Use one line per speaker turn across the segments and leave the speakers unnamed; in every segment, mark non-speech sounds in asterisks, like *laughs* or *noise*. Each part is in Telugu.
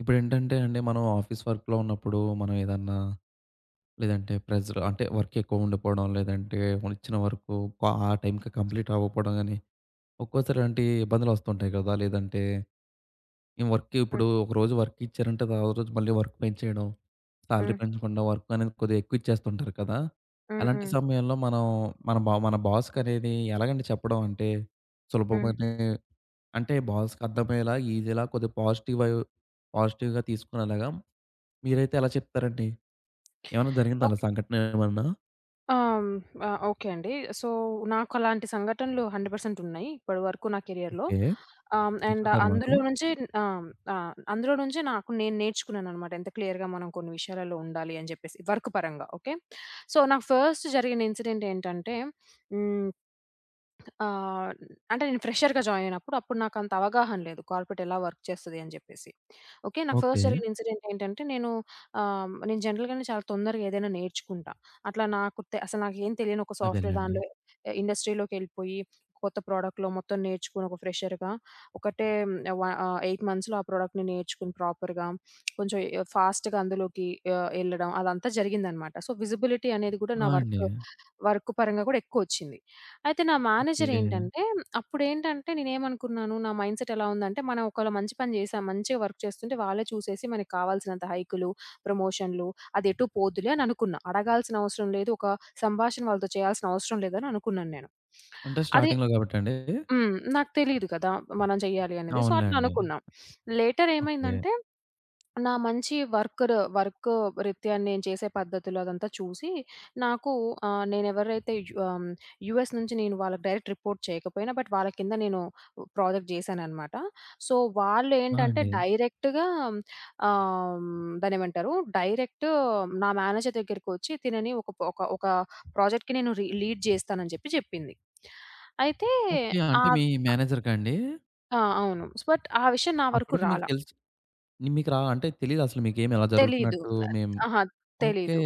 ఇప్పుడేంటంటే అండి, మనం ఆఫీస్ వర్క్‌లో ఉన్నప్పుడు మనం ఏదన్నా లేదంటే ప్రెజర్ అంటే వర్క్ ఎక్కువ ఉండిపోవడం, లేదంటే మనం ఇచ్చిన వర్క్ ఆ టైంకి కంప్లీట్ అవ్వకపోవడం గాని, ఒక్కోసారి అలాంటి ఇబ్బందులు వస్తుంటాయి కదా! లేదంటే ఈ వర్క్
హ్మ్.
ఇప్పుడు ఒకరోజు వర్క్ ఇచ్చారంటే, తర్వాత రోజు మళ్ళీ వర్క్ పెంచేయడం, సాలరీ
హ్మ్.
పెంచకుండా వర్క్ అనేది కొద్దిగా ఎక్కువ ఇచ్చేస్తుంటారు కదా!
హ్మ్.
అలాంటి
హ్మ్.
సమయంలో మనం మన బాస్‌కి అనేది ఎలాగండి చెప్పడం? అంటే
హ్మ్.
సులభమనే అంటే బాస్‌కి అర్థమయ్యేలా, ఈజీలా కొద్దిగా పాజిటివ్‌గా తీసుకునేలాగా మీరైతే ఎలా చెప్తారండి? ఏమన్నా జరిగిందా అలా
ఓకే.
సంఘటన ఏమన్నా?
ఆహ్, హ్మ్. ఆ! ఓకే అండి. సో, నాకు అలాంటి సంఘటనలు 100% ఉన్నాయి. ఇప్పటి వరకు నా కెరియర్‌లో.
ఓకే.
అండ్
పంచుకుంటారా మాతో?
అందులో నుంచి ఆహ్, ఆహ్, అందులో నుంచి నాకు నేను నేర్చుకున్నాననమాట. ఎంత క్లియర్‌గా మనం కొన్ని విషయాలలో ఉండాలి అని చెప్పేసి వర్క్ పరంగా ఓకే. సో, నాకు ఫస్ట్ జరిగిన ఇన్సిడెంట్ ఏంటంటే హ్మ్. ఆహ్, అంటే నేను ఫ్రెషర్‌గా జాయిన్ అయినప్పుడు, అప్పుడు నాకంత అవగాహన లేదు. కార్పొరేట్ ఎలా వర్క్ చేస్తది అని చెప్పేసి. ఓకే. నాకు
ఓకే.
ఫస్ట్ జరిగిన ఇన్సిడెంట్ ఏంటంటే, నేను నేను జనరల్‌గానే చాలా తొందరగా ఏదైనా నేర్చుకుంటా. అట్లా నాకు తె అసలు నాకేం తెలియని ఒక సాఫ్ట్‌వేర్
అదేలెండి.
దానిలో ఇండస్ట్రీలోకెళ్ళిపోయి, కొత్త ప్రోడక్ట్‌లో మొత్తం నేర్చుకొని ఒక ఫ్రెషర్‌గా ఒకటే 8 మంత్స్‌లో ఆ ప్రోడక్ట్‌ని నేర్చుకుని ప్రాపర్‌గా కొంచెం ఫాస్ట్‌గా అందులోకి ఎళ్ళడం అదంతా జరిగిందనమాట. సో, విజిబిలిటీ అనేది కూడా
ఆ! అండి.
వర్క్ పరంగా కూడా ఎక్కువొచ్చింది. అయితే నా
ఓకే.
మేనేజర్ ఏంటంటే, అప్పుడేంటంటే నేనేమనుకున్నాను, నా మైండ్‌సెట్ ఎలా ఉందంటే, మనం ఒకవేళ మంచి పని చేసాం, మంచిగా వర్క్ చేస్తుంటే వాళ్ళే చూసేసి మనకు కావాల్సినంత హైకులు, ప్రమోషన్‌లు అదెటు పోదులే అని అనుకున్నా. అడగాల్సిన అవసరం లేదు. ఒక సంభాషణ వాళ్ళతో చేయాల్సిన అవసరం లేదని అనుకున్నాను నేను.
అంటే
అది
స్టార్టింగ్‌లో గాబట్టా అండి?
హ్మ్. నాకు తెలీదు కదా! మనం చేయాలి అనేది. సో,
అవునులే
అట్లా
అండి.
అనుకున్నాం. Later
okay.
ఏమైందంటే నా మంచి వర్కర్ వర్క్ రీత్యా నేను చేసే పద్ధతులు అదంతా చూసి, నాకు ఆహ్, నేనెవరైతే యు ఆహ్, యూఎస్ నుంచి నేను వాళ్ళకి డైరెక్ట్ రిపోర్ట్ చేయకపోయినా, బట్ వాళ్ళ కింద నేను ప్రాజెక్ట్ చేశాననమాట. సో,
ఆ!
వాళ్ళేంటంటే
అండి.
డైరెక్ట్‌గా ఆహ్, దాన్నేమంటారు? డైరెక్ట్ నా మేనేజర్ దగ్గరికొచ్చి తినని ఒక ఒక ఒక ప్రాజెక్ట్‌కి నేను రీ లీడ్ చేస్తానని చెప్పింది. అయితే
ఓకే. అంటే మీ
ఆహ్,
మేనేజర్‌కా అండి?
ఆ! అవును. బట్ ఆ విషయం నా వరకు
అప్పటికి మీకు
రాలా.
తెలిసి మీకు రా అంటే తెలీదసలు మీకేమి ఎలా
తెలీదు.
జరుగుతున్నట్టు మేం
అహా!
ఓకే.
తెలీదు.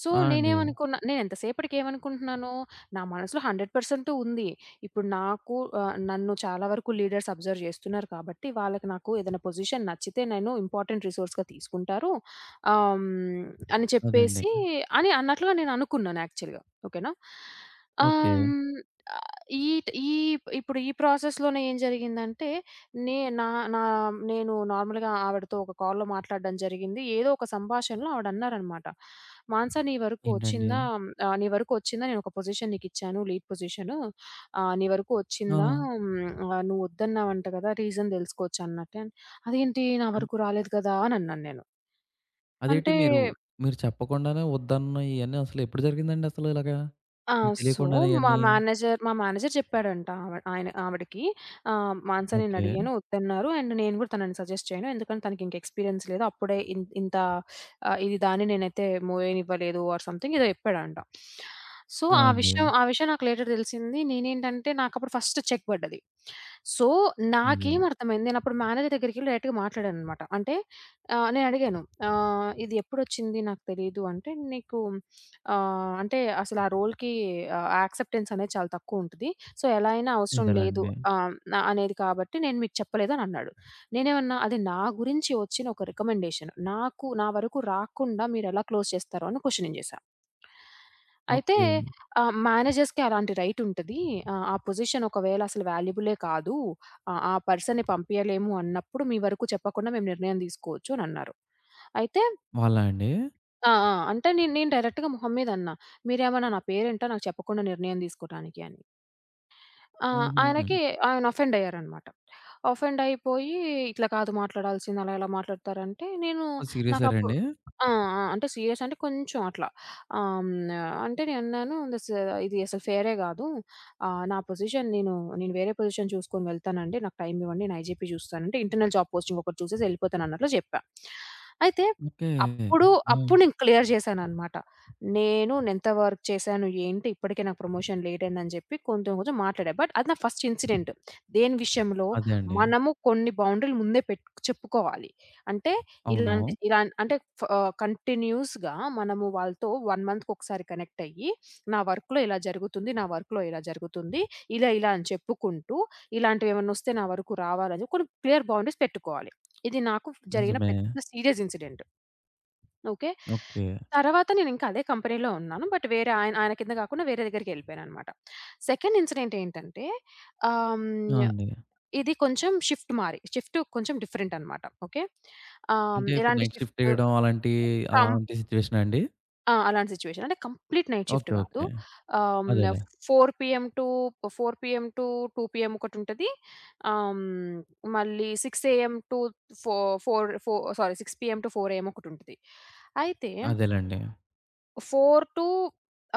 సో,
ఆ! అండి.
నేనెంత సేపటికి ఏమనుకుంటున్నాను, నా మనసులో 100% ఉంది. ఇప్పుడు నాకు నన్ను చాలా వరకు లీడర్స్ అబ్జర్వ్ చేస్తున్నారు కాబట్టి, వాళ్ళకి నాకు ఏదైనా పొజిషన్ నచ్చితే నేను ఇంపార్టెంట్ రిసోర్స్‌గా తీసుకుంటారు. ఆహ్, హ్మ్, అని
అదే అండి.
చెప్పేసి అని అన్నట్లుగా నేననుకున్నాను యాక్చువల్‌గా. ఓకేనా?
ఓకే.
ఆహ్, హ్మ్, ఆహ్, ఈ ట్ ఈ ఇప్పుడు ఈ ప్రాసెస్‌లోనే ఏం జరిగిందంటే నే నా నా నేను నార్మల్‌గా ఆవిడతో ఒక కాల్‌లో మాట్లాడడం జరిగింది. ఏదో ఒక సంభాషణలో ఆవిడన్నారనమాట. "మానస నీ వరకు
ఏంటండి?
వచ్చిందా? నీ వరకు వచ్చిందా? నేనొక పొజిషన్ నీకిచ్చాను లీడ్ పొజిషను. నీ వరకు
ఆ!
వచ్చిందా? నువ్వు వద్దన్నావంట కదా! రీజన్ తెలుసుకోవచ్చా" అన్నట్టే అదేంటి నా
అన్
వరకు రాలేదు కదా! అని అన్నాను నేను.
అదేంటి
అంటే
మీరు మీరు చెప్పకుండానే వద్దన్న ఇయన్నీ అసలు ఎప్పుడు జరిగిందండి అసలు ఇలాగా?
ఆ!
మీకు
సో,
తెలియకుండానే ఇయన్నీ
మా మేనేజర్ చెప్పాడంట ఆవ ఆయన ఆవిడకి "మానస
ఓకే.
నేనడిగాను వద్దన్నారు. అండ్ నేను కూడా తనని సజెస్ట్ చేయను. ఎందుకంటే తనకి ఇంక ఎక్స్‌పీరియన్స్ లేదు. అప్పుడే ఇన్ ఇంత ఆహ్, ఇది దాన్ని నేనైతే మోయనివ్వలేదు" ఆర్ సంథింగ్ ఏదో చెప్పాడంట. సో,
ఆ! అండి.
ఆ విషయం నాకు లేటర్ తెలిసింది. నేనేంటంటే నాకప్పుడు ఫస్ట్ చెక్ పడ్డది. సో,
అయ్యో!
నాకేం అర్థమైంది నేనప్పుడు మేనేజర్ దగ్గరికెళ్ళి డైరెక్ట్‌గా మాట్లాడాననమాట. అంటే నేనడిగాను "ఇది ఎప్పుడొచ్చింది నాకు తెలీదు" అంటే "నీకు" అంటే అసలు ఆ రోల్‌కి యాక్సెప్టెన్స్ అనేది చాలా తక్కువుంటది. సో, ఎలా అయినా అవసరం లేదు
అదేలెండి.
నా అనేది కాబట్టి నేను మీకు చెప్పలేదు అని అన్నాడు. నేనేమన్నా అది నా గురించి వచ్చిన ఒక రికమెండేషన్. నాకు నా వరకు రాకుండా మీరెలా క్లోజ్ చేస్తారు అని క్వెషనింగ్ చేశా. అయితే
ఓకే.
మేనేజర్స్‌కి అలాంటి రైట్ ఉంటది. ఆ పొజిషన్ ఒకవేళ అసలు వాల్యుబులే కాదు. ఆ పర్సన్‌ని పంపియలేము అన్నప్పుడు మీ వరకు చెప్పకుండా మేము నిర్ణయం తీసుకోవచ్చు అని అన్నారు. అయితే
వాళ్ళా అండి?
ఆ! ఆ! అంటే నేను నేను డైరెక్ట్‌గా మొహం మీద అన్నా. మీరేమన్నా నా పేరేంటో నాకు చెప్పకుండా నిర్ణయం తీసుకోటానికి అని. ఆ!
హుహు.
ఆయనకి ఆయన అఫెండ్ అయ్యారనమాట. అఫెండ్ అయిపోయి ఇట్లా కాదు మాట్లాడాల్సింది అలా ఎలా మాట్లాడతారంటే నేను
ఓహ్!
నాకప్పుడు
సీరియసారండి?
ఆ! ఆ! అంటే సీరియస్ అంటే కొంచెం అట్లా. ఆహ్, హ్మ్. అంటే నేనన్నాను దిస్ ఇది అసలు ఫెయిరే గాదు. నా పొజిషన్ నేను నేను వేరే పొజిషన్ చూసుకొని వెళ్తానండి. నాకు టైమ్ ఇవ్వండి. నేను ఐజీపీ చూస్తానంటే ఇంటర్నల్ జాబ్ పోస్టింగ్ ఒకటి చూసేసి ఎళ్ళిపోతానన్నట్లు జెప్పా. అయితే
ఓకే.
అప్పుడు
ఆ!
అప్పుడు నేను క్లియర్ జేశాననమాట. నేనెంత వర్క్ చేశాను, ఏంటి ఇప్పటికే నాకు ప్రమోషన్ లేటయిందని జెప్పి కొంచెం కొంచెం మాట్లాడా. బట్ అది నా ఫస్ట్ ఇన్సిడెంట్. దేని విషయంలో
అదే అండి.
మనము కొన్ని బౌండరీలు ముందే పెట్టు చెప్పుకోవాలి. అంటే
అవును.
ఇలాంటి ఇలా అంటే ఫ ఆహ్, కంటిన్యూయస్‌గా మనము వాళ్ళతో 1 మంత్‌కొకసారి కనెక్ట్ అయ్యి, నా వర్క్‌లో ఇలా జరుగుతుంది, నా వర్క్‌లో ఇలా జరుగుతుంది. ఇలా ఇలా అని చెప్పుకుంటూ, ఇలాంటివేమన్నొస్తే నా వరకు రావాలని చెప్పి కొన్ని క్లియర్ బౌండరీస్ పెట్టుకోవాలి. ఇది నాకు జరిగిన
నిజమే.
పెద్ద సీరియస్ ఇన్సిడెంట్. ఓకే.
ఓకే.
తర్వాత నేనింక అదే కంపెనీలో ఉన్నాను. బట్ వేరే ఆయన ఆయన కింద గాకుండా వేరే దగ్గరికెళ్ళిపోయాననమాట. సెకండ్ ఇన్సిడెంట్ ఏంటంటే ఆహ్,
ఆ!
హ్మ్.
అండి.
ఇది కొంచెం షిఫ్ట్ మారి. షిఫ్ట్ కొంచెం డిఫరెంట్ అనమాట. ఓకే.
అంటే ఇప్పుడు
ఎలాంటి
నైట్ షిఫ్ట్
షిఫ్ట్
ఎయడం అలాంటి,
కం
అలాంటి సిట్యుయేషనా అండి?
ఆ! అలాంటి సిట్యుయేషన్. అంటే కంప్లీట్ నైట్ షిఫ్ట్
ఓకే.
గాదు.
ఓకే.
ఆహ్, హ్మ్.
అదేలే.
4 PM to 4 PM to 2 PM ఒకటుంటది. ఆహ్, హ్మ్. మళ్ళీ 6 AM to fo four fo sorry 6 PM to 4 AM ఒకటుంటది. అయితే
అదేలెండి.
4 టూ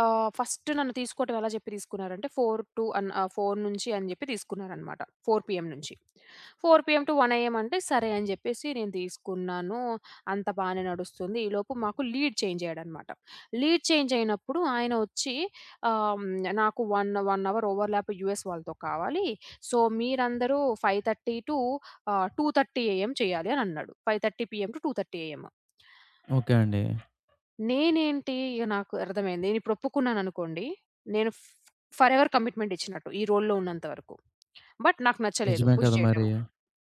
ఆహ్, ఫస్ట్ నన్ను తీసుకోవటం ఎలా జెప్పి తీసుకున్నారంటే 4 టూ అన్ ఆహ్, 4 నుంచి అని జెప్పి తీసుకున్నారనమాట. 4 పీఎం నుంచి. 4 పీఎం టు 1 ఏఎం అంటే సరే అని జెప్పేసి నేను తీసుకున్నాను. అంత బానే నడుస్తుంది. ఈలోపు మాకు లీడ్ చేంజ్ అయ్యాడనమాట. లీడ్ చేంజ్ అయినప్పుడు ఆయన వచ్చి ఆహ్, నాకు 1 అవర్ ఓవర్‌లాప్ యూఎస్ వాళ్ళతో కావాలి. సో, మీరందరూ 5:30 టూ ఆహ్, 2:30 ఏఎం చేయాలి అని అన్నాడు. 5:30 పీఎం టు 2:30 ఏఎం.
ఓకే అండి.
నేనేంటి, ఇగ నాకు అర్థమైంది. నేనిప్పుడు ఒప్పుకున్నాననుకోండి, నేను ఫ్ ఫరెవర్ కమిట్మెంట్ ఇచ్చినట్టు ఈ రోల్‌లో ఉన్నంత వరకు. బట్ నాకు నచ్చలేదు
నిజమే
పుష్
కదా మరి.
జేయటము.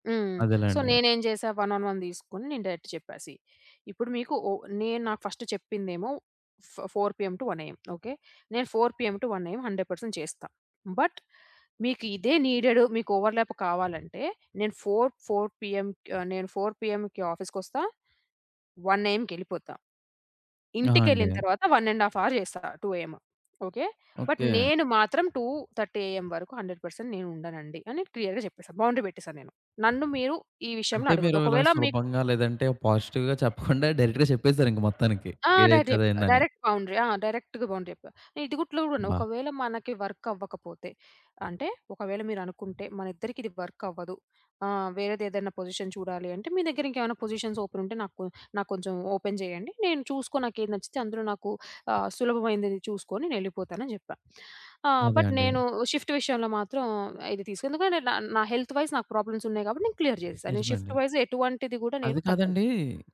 హ్మ్. సో,
అదేలెండి.
నేనేం జేశా వన్ ఆన్ వన్ తీసుకొని నేను డైరెక్ట్ చెప్పేసి, ఇప్పుడు మీకు ఓ నేను నాకు ఫస్ట్ చెప్పిందేమో 4 పీఎం టు 1 ఏఎం. ఓకే. నేను 4 పీఎం టు 1 ఏఎం 100% చేస్తా. బట్ మీకు ఇదే నీడెడ్ మీకు ఓవర్‌లాప్ కావాలంటే నేను 4, 4 పీఎం ఆహ్, నేను 4 పీఎంకి ఆఫీస్‌కొస్తా. 1 ఏఎంకెళ్ళిపోతా.
ఆ! అండి.
ఇంటికెళ్ళిన తర్వాత 1 ½ అవర్ చేస్తా 2 ఏఎం. ఓకే. But
okay.
నేను మాత్రం 2:30 ఏఎం వరకు 100% నేను ఉండనండి అని క్లియర్‌గా చెప్పేసా. బౌండరీ పెట్టేసా నేను. నన్ను మీరు ఈ విషయంలో
అంటే మీరు
అడగొద్దు.
ఇలా
ఒకవేళ మీకు
సులభంగా లేదంటే పాజిటివ్‌గా చెప్పకుండా డైరెక్ట్‌గా చెప్పేసారు ఇంక మొత్తానికి.
ఆ!
ఏదైతే
డైరెక్ట్ జెప్పా.
అదయిందని.
Direct boundary. ఆ! డైరెక్ట్‌గా బౌండరీ జెప్పా. ఇది గూట్లో గూడాను
అబ్బా!
ఒకవేళ మనకి వర్క్ అవ్వకపోతే, అంటే ఒకవేళ మీరనుకుంటే మన ఇద్దరికి ఇది వర్క్ అవ్వదు. వేరేదేదైనా పొజిషన్ చూడాలి అంటే, మీ దగ్గర ఇంకేమైనా పొజిషన్స్ ఓపెన్ ఉంటే నాకు కొంచెం ఓపెన్ జేయండి. నేను చూసుకొని నాకేది నచ్చితే అందులో నాకు సులభమైనది చూసుకొని నేనెళ్ళిపోతానని జెప్పా.
అదే
బట్
అండి.
నేను షిఫ్ట్ విషయంలో మాత్రం ఇది తీసుకు ఎందుకంటే నా హెల్త్ వైస్ నాకు ప్రాబ్లమ్స్ ఉన్నాయి గాబట్టి నేను క్లియర్ జేసేసా. నేను
నిజమే అండి.
షిఫ్ట్ వైస్ ఎటువంటిది గూడా
అది
నేను తగ్గను.
కాదండి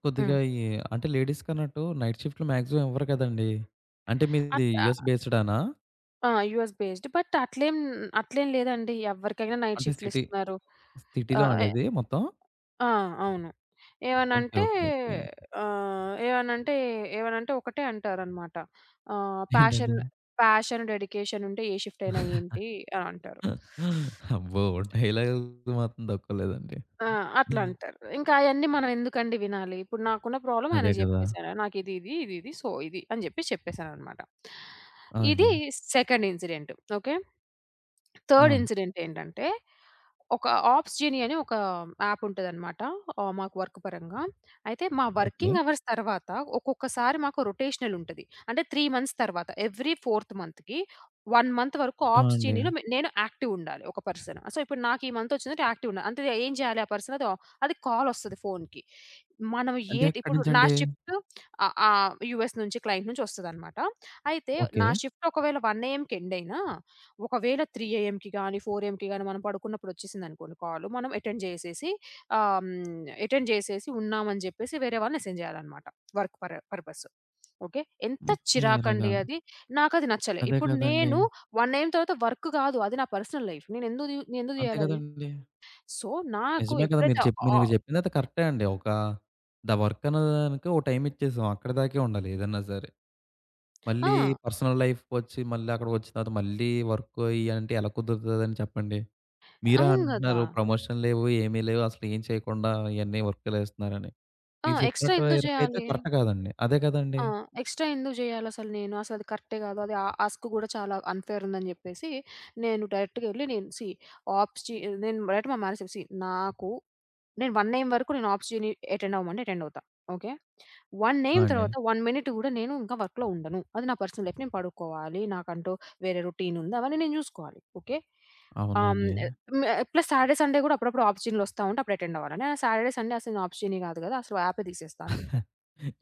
కొద్దిగా
హ్మ్.
ఈ అంటే లేడీస్ కన్నట్టు నైట్ షిఫ్ట్‌లు మాక్సిమం ఇవ్వరు కదండీ! అంటే మీది
అట్లా
యూఎస్ బేస్డానా?
ఆ! US based. బట్ అట్లేం అట్లేం లేదండి. ఎవ్వరికైనా నైట్
అంటే సిటీ
షిఫ్ట్‌లిస్తున్నారు.
సిటీలో
ఆహ్,
అండి
ఎ
ఇది మొత్తం?
ఆ! అవును.
ఓకే.
ఏమనంటే
ఓకే. ఓకే.
ఆహ్, ఏమనంటే ఏమనంటే ఒకటే అంటారనమాట. ఆహ్,
ఏంటండి?
"ప్యాషన్, ప్యాషన్, డెడికేషన్ ఉంటే ఏ షిఫ్ట్ అయినా ఏంటి" అని అంటారు.
అబ్బో! డైలాగులు మాత్రం తక్కువలేదండి.
ఆ! అట్లా అంటారు. ఇంకా అయన్నీ మనం ఎందుకండి వినాలి. ఇప్పుడు నాకున్న ప్రాబ్లమ్
అదే
ఆయనకి
కదా!
జెప్పేసాను. నాకిది, ఇది, ఇది, ఇది. ఇది. సో, ఇది అని జెప్పేసి చెప్పేసాననమాట.
ఆ! అండి.
ఇది సెకండ్ ఇన్సిడెంట్. ఓకే.
ఆ!
థర్డ్ ఇన్సిడెంట్ ఏంటంటే, ఒక ఆప్స్ జీని అని ఒక యాప్ ఉంటదనమాట. మాకు వర్క్ పరంగా. అయితే మా
ఓకే.
వర్కింగ్ అవర్స్ తర్వాత ఒక్కొక్కసారి మాకు రొటేషనల్ ఉంటది. అంటే 3 మంత్స్ తర్వాత ఎవ్రీ ఫోర్త్ మంత్‌కి 1 మంత్ వరకు
ఆ!
ఆప్స్
అండి.
జీనిలో నేను యాక్టివ్ ఉండాలి ఒక పర్సన్. సో, ఇప్పుడు నాకు ఈ మంత్ వచ్చిందంటే యాక్టివ్ ఉండాలి. అంటే ఏం చేయాలి ఆ పర్సన్ అది అది కాల్ వస్తది ఫోన్‌కి. మనం
అంటే
ఏటి
ఎక్కడి
ఇప్పుడు నా
నుంచండి?
షిఫ్ట్ ఆహ్, ఆహ్, యూఎస్ నుంచి క్లయింట్ నుంచి వస్తదనమాట. అయితే
ఓకే.
నా షిఫ్ట్ ఒకవేళ 1 ఏఎంకి ఎండ్ అయినా ఒకవేళ 3 ఏఎంకి గాని, 4 ఏఎంకి గాని మనం పడుకున్నప్పుడు వచ్చేసిందనుకోండి కాల్. మనం అటెండ్ చేసేసి ఆహ్, హ్మ్, అటెండ్ చేసేసి ఉన్నామని చెప్పేసి వేరే వాళ్ళు మెసేజ్ చేయాలనమాట. Work purpose. ఓకే. ఎంత
ఓకే. ఇలాగా.
చిరాకండి అది. నాకది నచ్చలే.
అదే
ఇప్పుడు
కదండీ!
నేను 1 ఏఎం తర్వాత వర్క్ కాదు. అది నా పర్సనల్ లైఫ్. నేనెందుకు
అంతే
చేయాలది?
కదండీ!
సో, నాకు
నిజమే కదా! మీరు
ఎప్పుడైతే
చెప్పి
ఆ!
మీరు చెప్పిందైతే కరెక్టే అండి. ఒక ద వర్క్ అనే దానికి ఒక టైమ్ ఇచ్చేసాం. అక్కడి దాకే ఉండాలి ఏదన్నా సరే. మళ్ళీ
ఆ!
పర్సనల్ లైఫ్‌కొచ్చి మళ్ళీ అక్కడికొచ్చిన తర్వాత మళ్ళీ వర్క్ ఇయ్యంటే ఎలా కుదురుతదండి చెప్పండి? మీరే
అవును గదా!
అంటున్నారు ప్రమోషన్ లేవు, ఏమీ లేవు. అసలు ఏం చేయకుండా ఇయన్నీ వర్కులేస్తున్నారని.
ఆ!
మీరు
ఎక్స్‌ట్రా
చెప్పినట్టు
ఎందుకు
ఇరకైతే
చేయాలి?
కరెక్ట్ కాదండి. అదే కదండీ!
ఆ! ఎక్స్‌ట్రా ఎందుకు జేయాలసలు నేను? అసలది కరెక్టే గాదు. అది ఆ ఆస్క్ గూడా చాలా అన్‌ఫెయిర్ ఉందని జెప్పేసి, నేను డైరెక్ట్‌గెళ్ళి నేను సీ ఆప్స్ జీ నేను డైరెక్ట్ మా మేనేజర్‌కి సీ నాకు నేను 1 నేమ్ వరకు నేను ఆప్స్ జీని అటెండ్ అవ్వమంటే అటెండ్ అవుతా. ఓకే. 1
ఆ!
నేమ్
అండి.
తర్వాత 1 మినిట్ గూడా నేను ఇంకా వర్క్‌లో ఉండను. అది నా పర్సనల్ లైఫ్. నేను పడుకోవాలి. నాకంటూ వేరే రొటీన్ ఉంది. అవన్నీ నేను జూసుకోవాలి. ఓకే.
అవునండి.
మే ప్లస్ సాటర్‌డే, సండే గూడా అప్పుడప్పుడు ఆప్స్ జీన్‌లొస్తా ఉంటే అప్పుడు అటెండ్ అవ్వాలి. నేను సాటర్‌డే, సండే అసలు నేను ఆప్స్ జీని గాదు గదా! అసలు యాపే తీసేస్తా అని జెప్పా.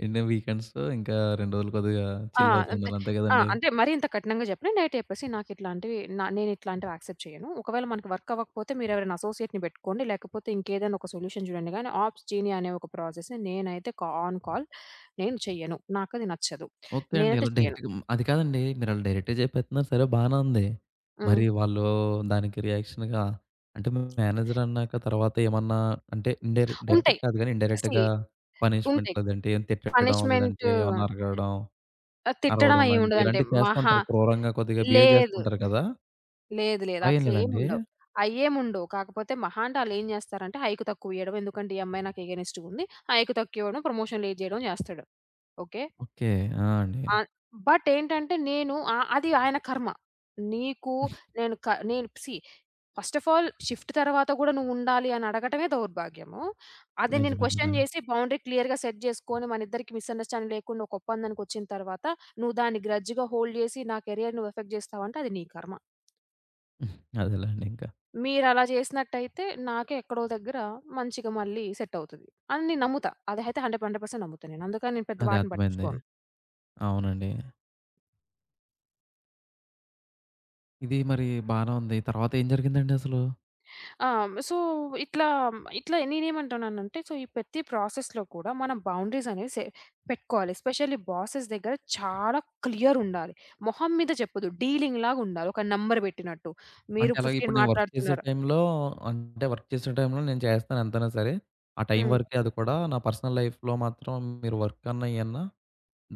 ఏండి వీకెండ్స్ ఇంకా 2 రోజులు కొద్దిగా
ఆ!
చిల్ అవుతూ
అంతే.
ఉండాలి. అంతే
ఆ!
కదండీ!
అంటే మరీ ఇంత కఠినంగా చెప్పను. నైట్ చెప్పేసి నాకిట్లాంటివి నా నేనిట్లాంటివి యాక్సెప్ట్ చేయను. ఒకవేళ మనకి వర్క్ అవ్వకపోతే మీరెవరైనా అసోసియేట్‌ని పెట్టుకోండి. లేకపోతే ఇంకేదైనా ఒక సొల్యూషన్ చూడండి గానీ, ఆప్స్ జీని అనే ఒక ప్రాసెస్‌ని నేనైతే ఆన్ కాల్ నేను చెయ్యను. నాకది నచ్చదు.
ఓకే అండి.
నేనైతే
ఇలా
చెయ్యను.
డైరెక్ట్‌గా హ్మ్. అది కాదండి. మీరలా డైరెక్ట్‌గా చెప్పేస్తున్నారు సరే బానే ఉంది.
హ్మ్.
మరి వాళ్ళు దానికి రియాక్షన్‌గా అంటే మేనేజర్ అన్నాక తర్వాత ఏమన్నా అంటే డైరెక్ట్
ఉంటాయి.
కాదు గానీ
సీ
ఇండైరెక్ట్‌గా పనిష్మెంట్
ఉంటాయి.
లేదంటే ఏం తిట్టడం,
పనిష్మెంట్
లేదంటే ఏమన్నా అరగడం,
తిట్టడం
అరవడం లాంటి
అయ్యేముండదంటే
ఇలాంటివి
మహా
చేస్తుంటారు. క్రూరంగా కొద్దిగా బిహేవ్
లేదు.
చేస్తుంటారు కదా!
లేదు.
అలా ఏం లేదండి?
అట్లేముండవు. అయ్యేముండవు. కాకపోతే మహా అంటే ఆళ్ళేం జేస్తారంటే హైకు తక్కువియ్యడం. ఎందుకంటే ఈ అమ్మాయి నాకు ఎగైనెస్ట్‌గుంది. హైకు తక్కువివ్వడం, ప్రమోషన్ లేట్ జేయడం జేస్తాడు. ఓకే.
ఓకే. ఆ! అండి.
ఆహ్, బట్ ఏంటంటే నేను అది ఆయన కర్మ. నీకు నేను క నేను see first of all shift తర్వాత గూడా నువ్వుండాలి అని అడగటమే దౌర్భాగ్యము. అది నేను
నిజమే కదా!
క్వెషన్ జేసి బౌండరీ క్లియర్‌గా సెట్ జేసుకొని మనిద్దరికీ మిస్‌అండర్‌స్టాండింగ్ లేకుండా ఒక ఒప్పందానికొచ్చిన తర్వాత, నువ్వు దాన్ని గ్రడ్జ్‌గా హోల్డ్ జేసి నా కెరియర్‌ని నువ్వు ఎఫెక్ట్ జేస్తావంటే అది నీ కర్మ.
అదేలెండి ఇంకా.
మీరలా చేసినట్టయితే నాకే ఎక్కడో దగ్గర మంచిగా మళ్ళీ సెట్ అవుతది. అని నేను నమ్ముతా. అదైతే 100% నమ్ముతా నేను. అందుకని నేను పెద్ద
అదే
వాటిని
అర్థమైంది.
పట్టించుకోను.
అవునండి. ఇది మరి బానే ఉంది. తర్వాత ఏం జరిగిందండి అసలు?
ఆ! సో, ఇట్లా, ఇట్లా నేనేమంటున్నానంటే సో, ఈ ప్రతి ప్రాసెస్‌లో కూడా మనం బౌండరీస్ అనేవి పెట్టుకోవాలి. ఎస్పెషల్లీ బాసెస్ దగ్గర చాలా క్లియర్ ఉండాలి. మొహం మీద చెప్పొద్దు. డీలింగ్ లాగా ఉండాలి. ఒక నంబర్ పెట్టినట్టు. మీరు
అంటే అలాగే ఇప్పుడు
15
నేను వర్క్ చేసే
మాట్లాడుతున్నారు.
టైంలో అంటే వర్క్ చేసే టైంలో నేను చేస్తాను ఎంతైనా సరే. ఆ టైం
హ్మ్.
వరకే అది కూడా. నా పర్సనల్ లైఫ్‌లో మాత్రం మీరు వర్క్ అన్నా, ఇయన్నా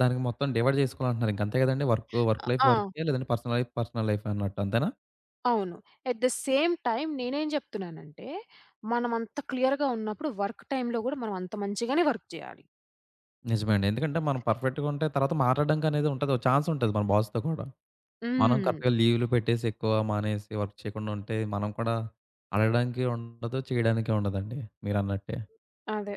దానికి మొత్తం డివైడ్ చేసుకోవాలంటున్నారు. ఇంక అంతే కదండీ! వర్క్, వర్క్ లైఫ్
ఆ!
వర్కే లేదంటే పర్సనల్ లైఫ్, పర్సనల్ లైఫే అన్నట్టు అంతేనా?
అవును. ఎట్ ద సేమ్ టైమ్ నేనేం జెప్తున్నానంటే, మనమంత క్లియర్‌గా ఉన్నప్పుడు వర్క్ టైమ్‌లో గూడా మనం అంత మంచిగానే వర్క్ జేయాలి.
నిజమే అండి. ఎందుకంటే మనం పర్ఫెక్ట్‌గా ఉంటే తర్వాత మాట్లాడడానికి అనేది ఉంటది. ఒక ఛాన్స్ ఉంటది మన బాస్‌తో కూడా. మనం
హ్మ్.
కరెక్ట్‌గా లీవ్‌లు పెట్టేసి ఎక్కువ మానేసి వర్క్ చేయకుండా ఉంటే మనం కూడా అడగడానికి ఉండదు, చేయడానికి ఉండదండి మీరన్నట్టే.
అదే.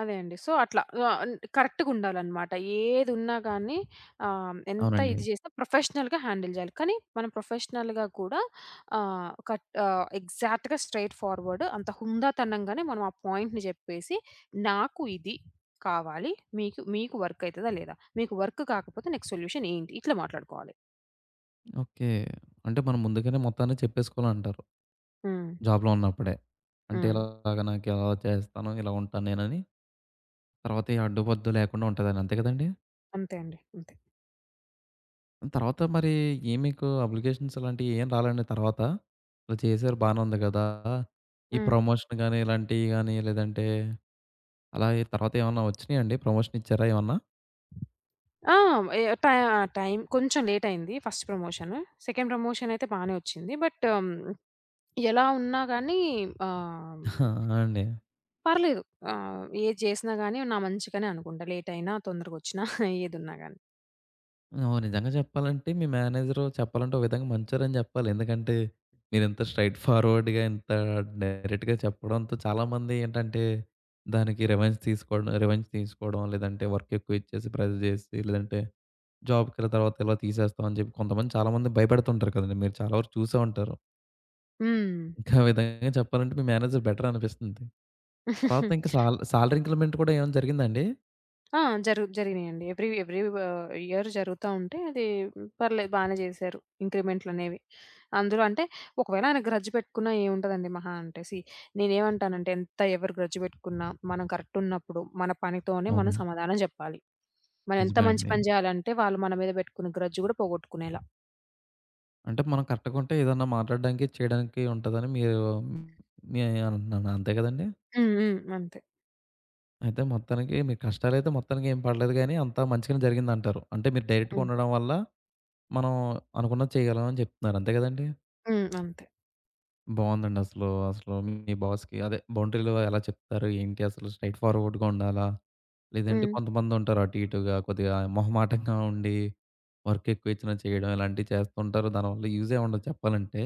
అదే అండి. సో, అట్లా ఆహ్, అన్ కరెక్ట్‌గుండాలనమాట. ఏదున్నా గానీ ఎంత
అవునండి.
ఇది జేసినా ప్రొఫెషనల్‌గా హ్యాండిల్ జేయాలి. కానీ మనం ప్రొఫెషనల్‌గా కూడా ఎగ్జాక్ట్‌గా స్ట్రెయిట్ ఫార్వర్డ్ అంత హుందాతనంగానే మనం ఆ పాయింట్‌ని జెప్పేసి, నాకు ఇది కావాలి. మీకు మీకు వర్క్ అయితదా లేదా? మీకు వర్క్ కాకపోతే నెక్స్ట్ సొల్యూషన్ ఏంటి? ఇట్లా మాట్లాడుకోవాలి.
ఓకే. అంటే మనం ముందుగానే మొత్తాన్ని చెప్పేసుకోవాలంటారు.
హ్మ్.
జాబ్‌లో ఉన్నప్పుడే. అంటే
హ్మ్.
ఇలాగ నాకిలా చేస్తాను, ఇలా ఉంటాను నేనని, తర్వాత ఏ అడ్డుపొద్దు లేకుండా ఉంటదని. అంతే కదండీ!
అంతే అండి. అంతే.
తర్వాత మరి ఏం మీకు అప్లికేషన్స్ ఇలాంటియి ఏం రాలేండి తర్వాత? ఇలా చేశారు బానే ఉంది గదా! ఈ
హ్మ్.
ప్రమోషన్ గాని, ఇలాంటియి గాని లేదంటే అలా తర్వాత ఏమన్నా వచ్చినియండి? ప్రమోషన్ ఇచ్చారా ఏమన్నా?
ఆ! ఏ టై టైం కొంచెం లేట్ అయింది ఫస్ట్ ప్రమోషన్. సెకండ్ ప్రమోషన్ అయితే బానే వచ్చింది. బట్ హ్మ్, ఎలా ఉన్నా గానీ ఆహ్,
ఆ! అండి.
పర్లేదు. ఏది చేసినా గానీ నా మంచికనే అనుకుంటా. లేట్ అయినా, తొందరగొచ్చినా ఏదున్నా *laughs* గానీ.
ఓహ్! నిజంగా చెప్పాలంటే మీ మేనేజరు చెప్పాలంటే ఒక విధంగా మంచోరని జెప్పాలి. ఎందుకంటే మీరింత స్ట్రెయిట్ ఫార్వర్డ్‌గా ఇంత డైరెక్ట్‌గా చెప్పడంతో చాలామంది ఏంటంటే దానికి రివెంజ్ తీసుకోవడం లేదంటే వర్క్ ఎక్కువ ఇచ్చేసి ప్రెజర్ జేసి లేదంటే జాబ్‌కెళ్ళిన తర్వాత ఇలా తీసేస్తాం అని జెప్పి కొంతమంది చాలామంది భయపెడుతుంటారు కదండీ! మీరు చాలా వరకు చూసే ఉంటారు.
హ్మ్.
ఇంకా ఆ విధంగా చెప్పాలంటే మీ మేనేజర్ బెటర్ అనిపిస్తుంది. తర్వాత ఇంకా సాలరీ ఇంక్రిమెంట్ కూడా ఏమైనా జరిగిందా అండి?
ఆ! జరిగినాయండి. ఎవ్రీ ఎవ్రీ ఇయర్ జరుగుతా ఉంటే అది పర్లేదు బానే జేశారు ఇంక్రిమెంట్‌లనేవి. అందులో అంటే ఒకవేళ ఆయన గ్రడ్జ్ పెట్టుకున్నా ఏముంటదండి మహా అంటే సీ నేనేమంటానంటే ఎంత ఎవరు గ్రడ్జ్ పెట్టుకున్నా మనం కరెక్ట్ ఉన్నప్పుడు మన పనితోనే మనం
అవును.
సమాధానం జెప్పాలి. మనం ఎంత
నిజమే
మంచి
అండి.
పని జేయాలంటే వాళ్ళు మన మీద పెట్టుకున్న గ్రడ్జ్ గూడా పోగొట్టుకునేలా.
అంటే మనం కరెక్ట్‌గా ఉంటే ఏదన్నా మాట్లాడడానికి, చేయడానికి ఉంటదని మీరు నే అంటున్నాను. అంతే కదండీ!
హ్మ్. హ్మ్. అంతే.
అయితే మొత్తానికి మీ కష్టాలైతే మొత్తానికి ఏం పడలేదు గానీ, అంతా మంచిగానే జరిగిందంటారు. అంటే మీరు డైరెక్ట్‌గా
హ్మ్.
ఉండడం వల్ల, మనం అనుకున్నది చేయగలం అని చెప్తున్నారు. అంతే కదండీ!
హ్మ్. అంతే.
బావుందండి అసలు. అసలు మీ బాస్‌కి అదే బౌండరీలు ఎలా చెప్తారు? ఏంటి అసలు స్ట్రెయిట్ ఫార్వర్డ్‌గా ఉండాలా? లేదంటే
హ్మ్.
కొంతమందుంటారు అటు ఇటుగా కొద్దిగా మొహమాటంగా ఉండి వర్క్ ఎక్కువ ఇచ్చినా చేయడం ఇలాంటివి చేస్తుంటారు. దానివల్ల యూజే ఉండదు చెప్పాలంటే.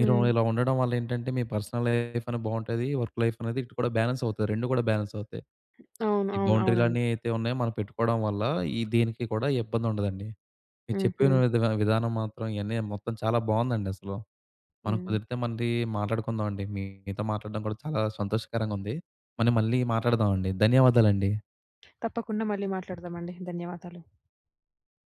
మీరు
హ్మ్.
ఇలా ఉండడం వల్ల ఏంటంటే మీ పర్సనల్ లైఫ్ అనేది బావుంటది. వర్క్ లైఫ్ అనేది ఇటు కూడా బ్యాలెన్స్ అవుతది. 2 కూడా బ్యాలెన్స్ అవుతాయి.
అవును.
ఈ
అవును. అవునండి.
బౌండరీలన్నీ అయితే ఉన్నాయో మనం పెట్టుకోవడం వల్ల ఈ దీనికి కూడా ఇబ్బందుండదండి. మీరు
హ్మ్.
చెప్పిన
హ్మ్.
విధానం మాత్రం ఇయన్నీ మొత్తం చాలా బావుందండి అసలు. మనం
హ్మ్.
కుదిరితే మళ్ళీ మాట్లాడుకుందాం అండి. మీతో మాట్లాడడం కూడా చాలా సంతోషకరంగా ఉంది. మనం మళ్ళీ మాట్లాడదాం అండి. ధన్యవాదాలండి.
తప్పకుండా మళ్ళీ మాట్లాడదామండి. ధన్యవాదాలు.